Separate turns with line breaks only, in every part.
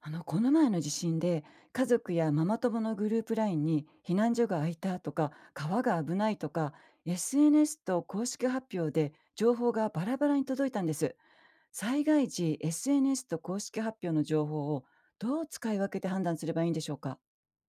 この前の地震で家族やママ友のグループラインに避難所が空いたとか川が危ないとか SNS と公式発表で情報がバラバラに届いたんです。災害時 SNS と公式発表の情報をどう使い分けて判断すればいいんでしょうか？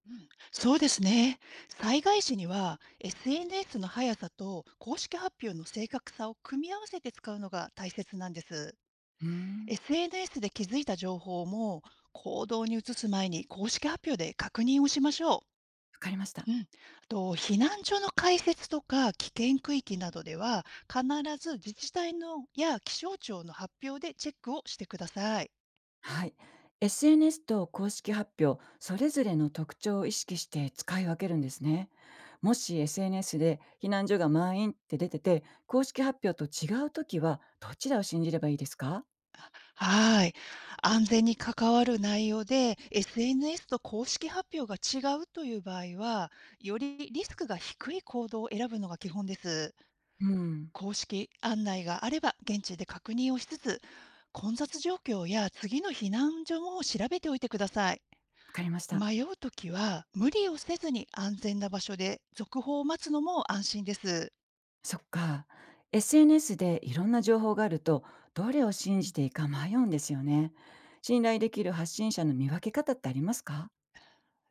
うん、そうですね。災害時には SNS の速さと公式発表の正確さを組み合わせて使うのが大切なんです。
うーん。
SNS で気づいた情報も行動に移す前に公式発表で確認をしましょ
わかりました。
う。うん、あと避難所の開設とか危険区域などでは必ず自治体のや気象庁の発表でチェックをしてください。
はい。SNS と公式発表、それぞれの特徴を意識して使い分けるんですね。もし SNS で避難所が満員って出てて、公式発表と違うときは、どちらを信じればいいですか？
はい。安全に関わる内容で SNS と公式発表が違うという場合は、よりリスクが低い行動を選ぶのが基本です。
うん、
公式案内があれば現地で確認をしつつ、混雑状況や次の避難所も調べておいてください。
わかりました。
迷うときは無理をせずに安全な場所で続報を待つのも安心です。
そっか。SNS でいろんな情報があると、どれを信じていいか迷うんですよね。信頼できる発信者の見分け方ってありますか？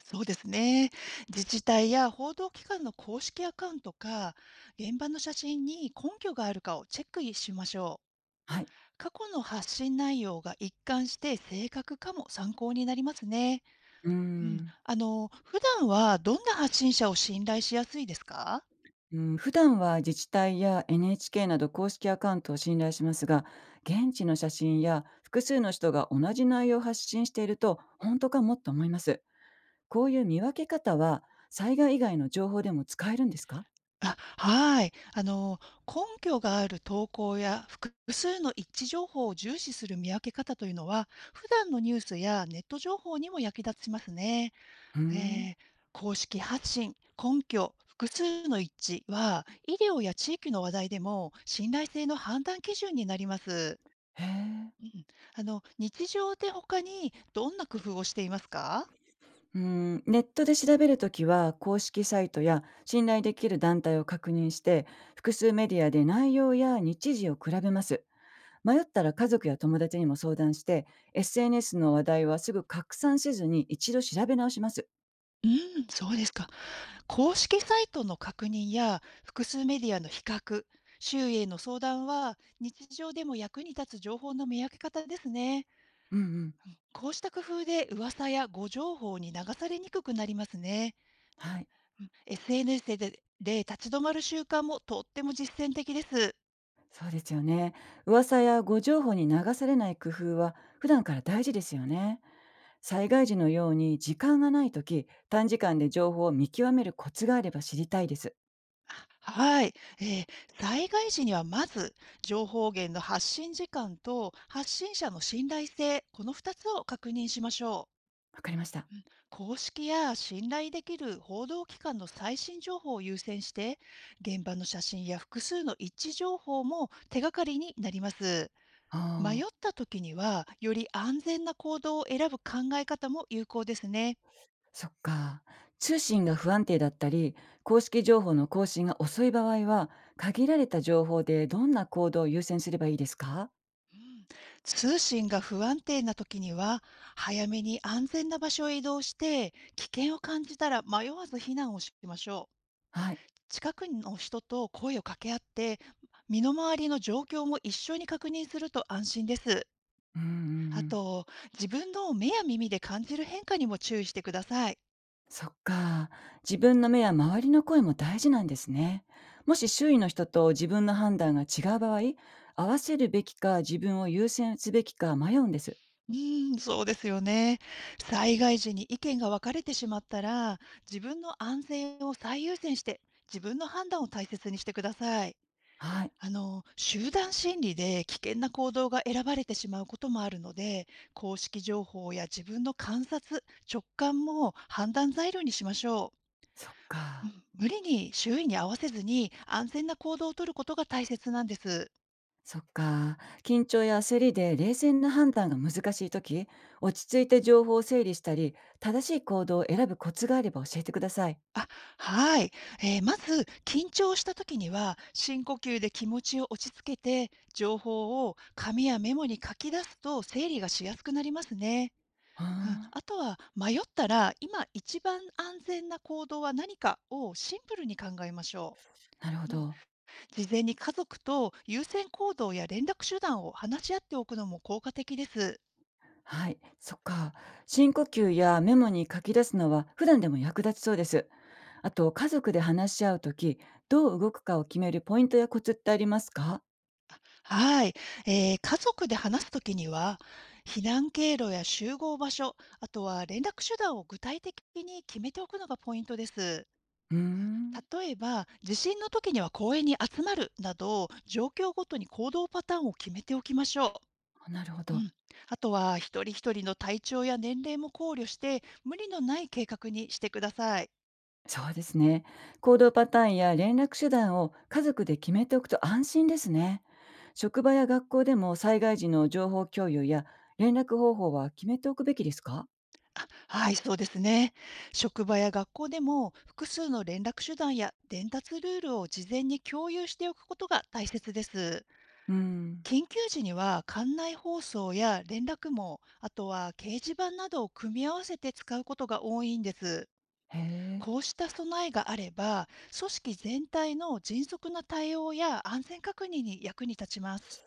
そうですね。自治体や報道機関の公式アカウントか、現場の写真に根拠があるかをチェックしましょう。
はい。
過去の発信内容が一貫して正確かも参考になりますね。
うー
うん。
ん。
普段はどんな発信者を信頼しやすいですか？
うん、普段は自治体や NHK など公式アカウントを信頼しますが、現地の写真や複数の人が同じ内容を発信していると、本当かもっと思います。こういう見分け方は、災害以外の情報でも使えるんですか？
あ、はい。根拠がある投稿や複数の一致情報を重視する見分け方というのは、普段のニュースやネット情報にも役立ちますね。
うん、
えー公式発信、根拠、複数の一致は、医療や地域の話題でも信頼性の判断基準になります。
へえ。
うん、日常で他にどんな工夫をしていますか？
うん、ネットで調べるときは、公式サイトや信頼できる団体を確認して、複数メディアで内容や日時を比べます。迷ったら家族や友達にも相談して、SNS の話題はすぐ拡散せずに一度調べ直します。
うん、そうですか。公式サイトの確認や複数メディアの比較、周囲への相談は日常でも役に立つ情報の見分け方ですね。
うんうん。
こうした工夫で噂や誤情報に流されにくくなりますね。
はい。
うん、SNS で立ち止まる習慣もとっても実践的です。
そうですよね。噂や誤情報に流されない工夫は普段から大事ですよね。災害時のように時間がないとき、短時間で情報を見極めるコツがあれば知りたいです。
はい。えー災害時にはまず、情報源の発信時間と発信者の信頼性、この2つを確認しましょ
わかりました。
う。うん、公式や信頼できる報道機関の最新情報を優先して、現場の写真や複数の一致情報も手がかりになります。
あ
迷っ
あ、
た時には、より安全な行動を選ぶ考え方も有効ですね。
そっか。通信が不安定だったり、公式情報の更新が遅い場合は、限られた情報でどんな行動を優先すればいいですか？
通信が不安定な時には、早めに安全な場所へ移動して、危険を感じたら迷わず避難をしましょ
はい。
う。近くの人と声を掛け合って、身の回りの状況も一緒に確認すると安心です。
うんうんう
あ
ん。
と、自分の目や耳で感じる変化にも注意してください。
そっか。自分の目や周りの声も大事なんですね。もし周囲の人と自分の判断が違う場合、合わせるべきか自分を優先すべきか迷うんです。
うーん、そうですよね。災害時に意見が分かれてしまったら、自分の安全を最優先して、自分の判断を大切にしてください。
はい。
集団心理で危険な行動が選ばれてしまうこともあるので、公式情報や自分の観察、直感も判断材料にしましょう。
そっ
う
か。
ん、無理に周囲に合わせずに安全な行動をとることが大切なんです。
そっか。緊張や焦りで冷静な判断が難しいとき、落ち着いて情報を整理したり、正しい行動を選ぶコツがあれば教えてください。
あ、はい。まず、緊張した時には、深呼吸で気持ちを落ち着けて、情報を紙やメモに書き出すと整理がしやすくなりますね。
は
うん、
あ、
あとは迷ったら、今一番安全な行動は何かをシンプルに考えましょ
なるほ
う。うん、
ど。
事前に家族と優先行動や連絡手段を話し合っておくのも効果的です。
はい、そっか。深呼吸やメモに書き出すのは普段でも役立ちそうです。あと、家族で話し合うとき、どう動くかを決めるポイントやコツってありますか？
はい、家族で話すときには、避難経路や集合場所、あとは連絡手段を具体的に決めておくのがポイントです。
うーん、
例えば、地震の時には公園に集まるなど、状況ごとに行動パターンを決めておきましょう。
なるほ
う
ど。
ん、あとは一人一人の体調や年齢も考慮して無理のない計画にしてください。
そうですね。行動パターンや連絡手段を家族で決めておくと安心ですね。職場や学校でも災害時の情報共有や連絡方法は決めておくべきですか？
あ、はい、そうですね。職場や学校でも複数の連絡手段や伝達ルールを事前に共有しておくことが大切です。
うーん。
緊急時には館内放送や連絡網、あとは掲示板などを組み合わせて使うことが多いんです。
へえ。
こうした備えがあれば、組織全体の迅速な対応や安全確認に役に立ちます。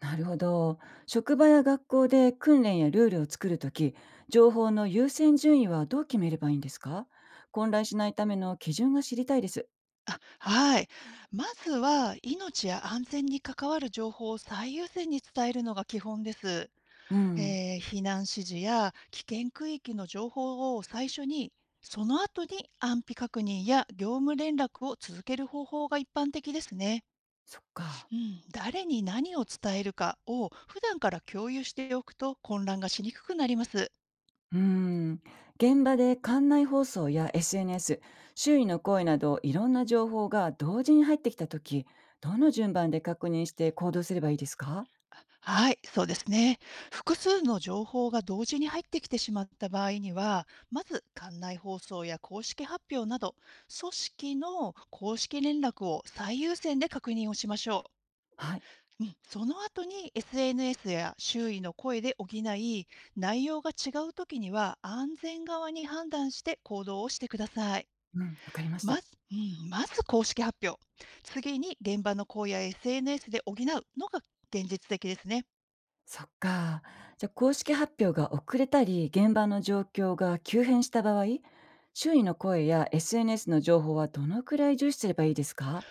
なるほど。職場や学校で訓練やルールを作るとき、情報の優先順位はどう決めればいいんですか？混乱しないための基準が知りたいです。
あ、はい。まずは、命や安全に関わる情報を最優先に伝えるのが基本です。
うん。
避難指示や危険区域の情報を最初に、その後に安否確認や業務連絡を続ける方法が一般的ですね。
そっか。
うん、誰に何を伝えるかを普段から共有しておくと混乱がしにくくなります。
うん。現場で館内放送や SNS、周囲の声などいろんな情報が同時に入ってきたとき、どの順番で確認して行動すればいいですか？
はい、そうですね。複数の情報が同時に入ってきてしまった場合には、まず館内放送や公式発表など、組織の公式連絡を最優先で確認をしましょう。
はい。
うん、その後に SNS や周囲の声で補い、内容が違うときには安全側に判断して行動をしてください。
うん。わかりまし
ま
た。
ず、うん、まず公式発表。次に現場の声や SNS で補うのが現実的ですね。
そっか。じゃあ公式発表が遅れたり、現場の状況が急変した場合、周囲の声や SNS の情報はどのくらい重視すればいいですか？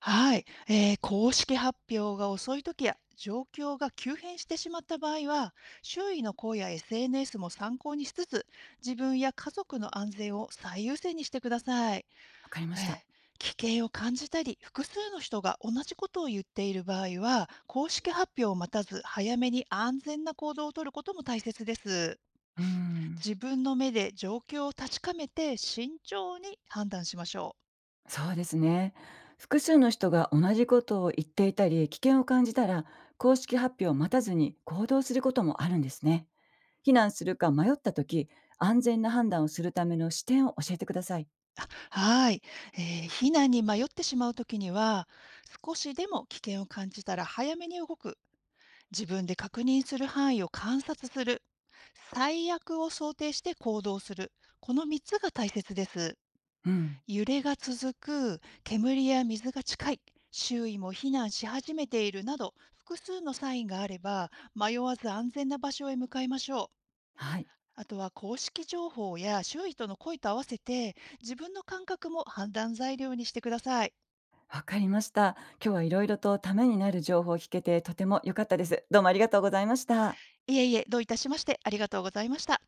はい、公式発表が遅い時や状況が急変してしまった場合は、周囲の声や SNS も参考にしつつ、自分や家族の安全を最優先にしてください。
わかりま
えー
した。
危険を感じたり複数の人が同じことを言っている場合は、公式発表を待たず早めに安全な行動をとることも大切です。
うーん。
自分の目で状況を確かめて慎重に判断しましょう。
そうですね。複数の人が同じことを言っていたり、危険を感じたら、公式発表を待たずに行動することもあるんですね。避難するか迷った時、安全な判断をするための視点を教えてください。
はい、え避難に迷ってしまうときには、少しでも危険を感じたら早めに動く、自分で確認する範囲を観察する、最悪を想定して行動する、この3つが大切です。
うん。
揺れが続く、煙や水が近い、周囲も避難し始めているなど、複数のサインがあれば、迷わず安全な場所へ向かいましょう。
はい。
あとは公式情報や周囲との声と合わせて、自分の感覚も判断材料にしてください。
わかりました。今日は色々とためになる情報を聞けてとても良かったです。どうもありがとうございました。
いえいえ、どういたしまして、ありがとうございました。